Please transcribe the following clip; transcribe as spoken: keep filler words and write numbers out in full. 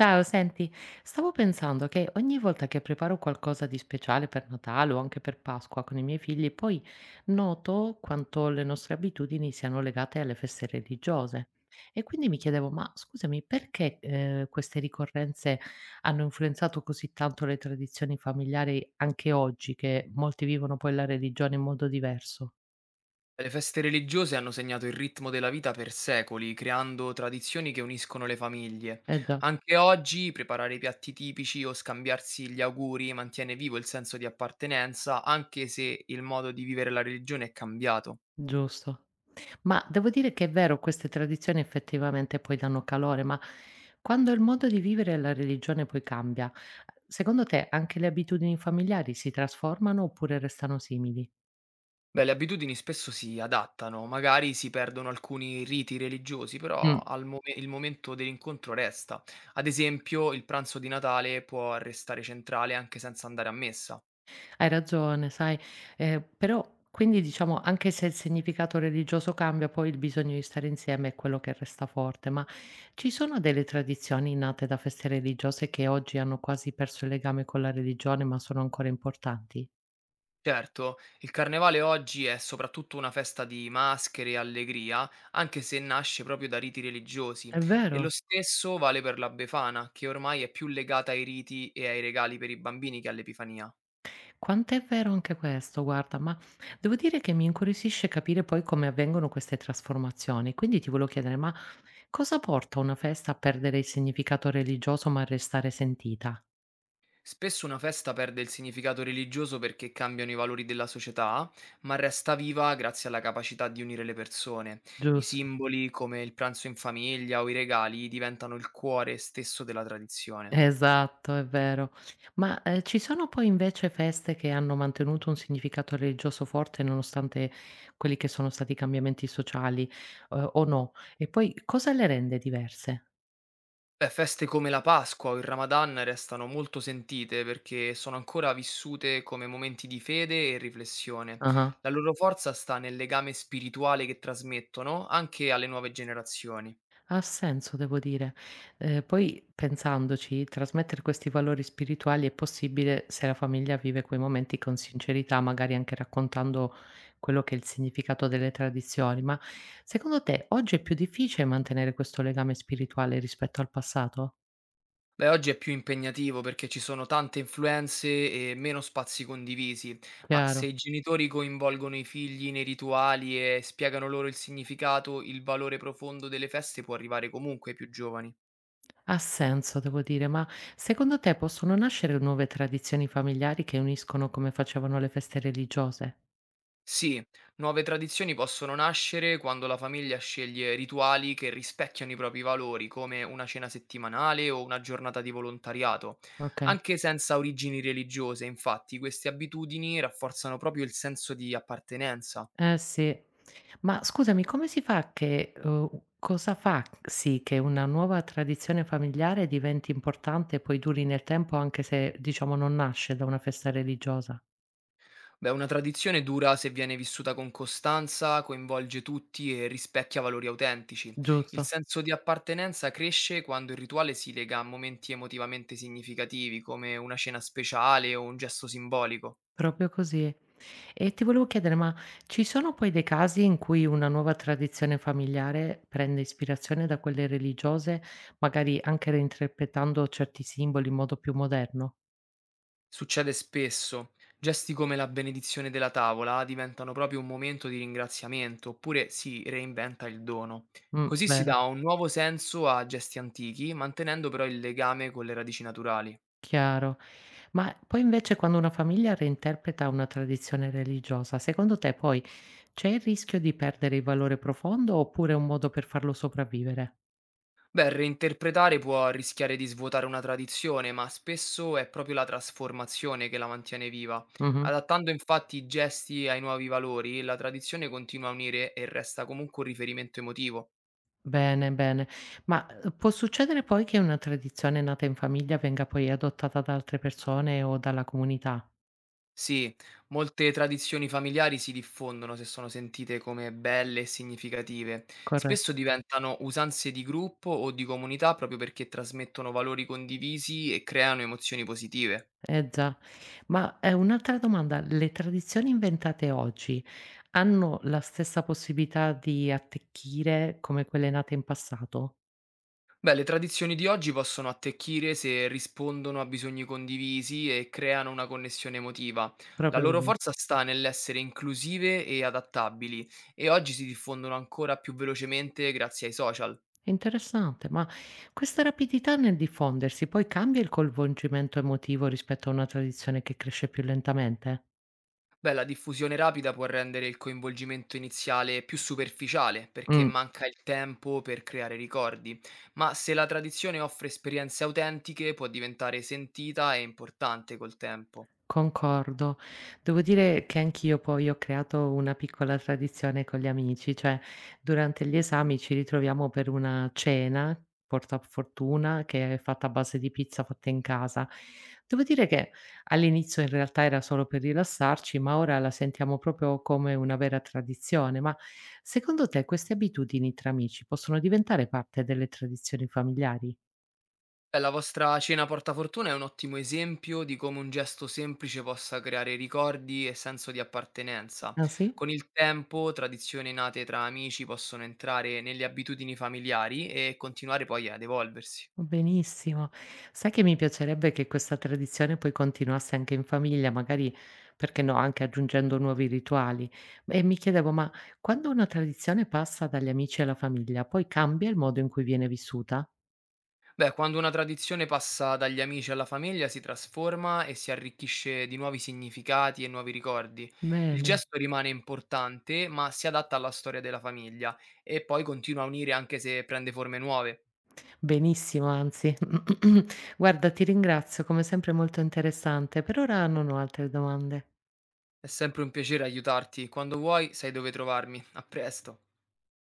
Ciao, senti, stavo pensando che ogni volta che preparo qualcosa di speciale per Natale o anche per Pasqua con i miei figli, poi noto quanto le nostre abitudini siano legate alle feste religiose. E quindi mi chiedevo, ma scusami, perché eh, queste ricorrenze hanno influenzato così tanto le tradizioni familiari anche oggi, che molti vivono poi la religione in modo diverso? Le feste religiose hanno segnato il ritmo della vita per secoli, creando tradizioni che uniscono le famiglie. Eh già, Anche oggi preparare i piatti tipici o scambiarsi gli auguri mantiene vivo il senso di appartenenza, anche se il modo di vivere la religione è cambiato. giusto. Ma devo dire che è vero, queste tradizioni effettivamente poi danno calore, ma quando il modo di vivere e la religione poi cambia, secondo te anche le abitudini familiari si trasformano oppure restano simili? Beh, le abitudini spesso si adattano, magari si perdono alcuni riti religiosi, però Mh, al mome- il momento dell'incontro resta. Ad esempio, il pranzo di Natale può restare centrale anche senza andare a messa. hai ragione, sai, ehm, però quindi diciamo anche se il significato religioso cambia, poi il bisogno di stare insieme è quello che resta forte, ma ci sono delle tradizioni nate da feste religiose che oggi hanno quasi perso il legame con la religione, ma sono ancora importanti? Certo, il carnevale oggi è soprattutto una festa di maschere e allegria, anche se nasce proprio da riti religiosi, È e vero. lo stesso vale per la Befana, che ormai è più legata ai riti e ai regali per i bambini che all'Epifania. Quant'è vero anche questo, guarda, ma devo dire che mi incuriosisce capire poi come avvengono queste trasformazioni. Quindi ti volevo chiedere, ma cosa porta una festa a perdere il significato religioso ma a restare sentita? Spesso una festa perde il significato religioso perché cambiano i valori della società, ma resta viva grazie alla capacità di unire le persone. I Giusto. simboli, come il pranzo in famiglia o i regali, diventano il cuore stesso della tradizione. Esatto, è vero. Ma eh, ci sono poi invece feste che hanno mantenuto un significato religioso forte nonostante quelli che sono stati i cambiamenti sociali, eh, o no? E poi cosa le rende diverse? Beh, feste come la Pasqua o il Ramadan restano molto sentite perché sono ancora vissute come momenti di fede e riflessione. Ah. La loro forza sta nel legame spirituale che trasmettono anche alle nuove generazioni. Ha senso devo dire. Ehm, poi pensandoci, trasmettere questi valori spirituali è possibile se la famiglia vive quei momenti con sincerità, magari anche raccontando quello che è il significato delle tradizioni. Ma secondo te oggi è più difficile mantenere questo legame spirituale rispetto al passato? Beh, oggi è più impegnativo perché ci sono tante influenze e meno spazi condivisi, ma Chiaro. se i genitori coinvolgono i figli nei rituali e spiegano loro il significato, il valore profondo delle feste può arrivare comunque ai più giovani. Ha senso devo dire, ma secondo te possono nascere nuove tradizioni familiari che uniscono come facevano le feste religiose? Sì, nuove tradizioni possono nascere quando la famiglia sceglie rituali che rispecchiano i propri valori, come una cena settimanale o una giornata di volontariato. Okay. Anche senza origini religiose, infatti, queste abitudini rafforzano proprio il senso di appartenenza. Eh sì. Ma scusami, come si fa che uhm, cosa fa sì che una nuova tradizione familiare diventi importante e poi duri nel tempo anche se, diciamo, non nasce da una festa religiosa? Beh, una tradizione dura se viene vissuta con costanza, coinvolge tutti e rispecchia valori autentici. Il Giusto, senso di appartenenza cresce quando il rituale si lega a momenti emotivamente significativi, come una cena speciale o un gesto simbolico. proprio così. E ti volevo chiedere, ma ci sono poi dei casi in cui una nuova tradizione familiare prende ispirazione da quelle religiose, magari anche reinterpretando certi simboli in modo più moderno? Succede spesso. Gesti come la benedizione della tavola diventano proprio un momento di ringraziamento, oppure si reinventa il dono. Mh, Così si vero. dà un nuovo senso a gesti antichi, mantenendo però il legame con le radici naturali. Chiaro. Ma poi invece quando una famiglia reinterpreta una tradizione religiosa, secondo te poi c'è il rischio di perdere il valore profondo oppure è un modo per farlo sopravvivere? Beh, reinterpretare può rischiare di svuotare una tradizione, ma spesso è proprio la trasformazione che la mantiene viva. Mh-mh. Adattando infatti i gesti ai nuovi valori, la tradizione continua a unire e resta comunque un riferimento emotivo. Bene, bene. Ma, uhm, può succedere poi che una tradizione nata in famiglia venga poi adottata da altre persone o dalla comunità? Sì, molte tradizioni familiari si diffondono se sono sentite come belle e significative. Corre Spesso diventano usanze di gruppo o di comunità proprio perché trasmettono valori condivisi e creano emozioni positive. eh già. Ma, ehm, un'altra domanda: le tradizioni inventate oggi hanno la stessa possibilità di attecchire come quelle nate in passato? Beh, le tradizioni di oggi possono attecchire se rispondono a bisogni condivisi e creano una connessione emotiva. La Proprio loro così. forza sta nell'essere inclusive e adattabili, e oggi si diffondono ancora più velocemente grazie ai social. È interessante, ma questa rapidità nel diffondersi poi cambia il coinvolgimento emotivo rispetto a una tradizione che cresce più lentamente? Beh, la diffusione rapida può rendere il coinvolgimento iniziale più superficiale, perché Mh. manca il tempo per creare ricordi, ma se la tradizione offre esperienze autentiche può diventare sentita e importante col tempo. Concordo. Devo dire che anch'io poi ho creato una piccola tradizione con gli amici, cioè durante gli esami ci ritroviamo per una cena, porta fortuna, che è fatta a base di pizza fatta in casa. Devo dire che all'inizio in realtà era solo per rilassarci, ma ora la sentiamo proprio come una vera tradizione. Ma secondo te queste abitudini tra amici possono diventare parte delle tradizioni familiari? Beh, la vostra cena portafortuna è un ottimo esempio di come un gesto semplice possa creare ricordi e senso di appartenenza. Ah sì? Con il tempo, tradizioni nate tra amici possono entrare nelle abitudini familiari e continuare poi ad evolversi. Benissimo. Sai che mi piacerebbe che questa tradizione poi continuasse anche in famiglia, magari, perché no, anche aggiungendo nuovi rituali. E mi chiedevo, ma quando una tradizione passa dagli amici alla famiglia, poi cambia il modo in cui viene vissuta? Beh, quando una tradizione passa dagli amici alla famiglia si trasforma e si arricchisce di nuovi significati e nuovi ricordi. Il Bene, gesto rimane importante, ma si adatta alla storia della famiglia e poi continua a unire anche se prende forme nuove. benissimo, anzi. Guarda, ti ringrazio, come sempre molto interessante. Per ora non ho altre domande. È sempre un piacere aiutarti. Quando vuoi, sai dove trovarmi. A presto.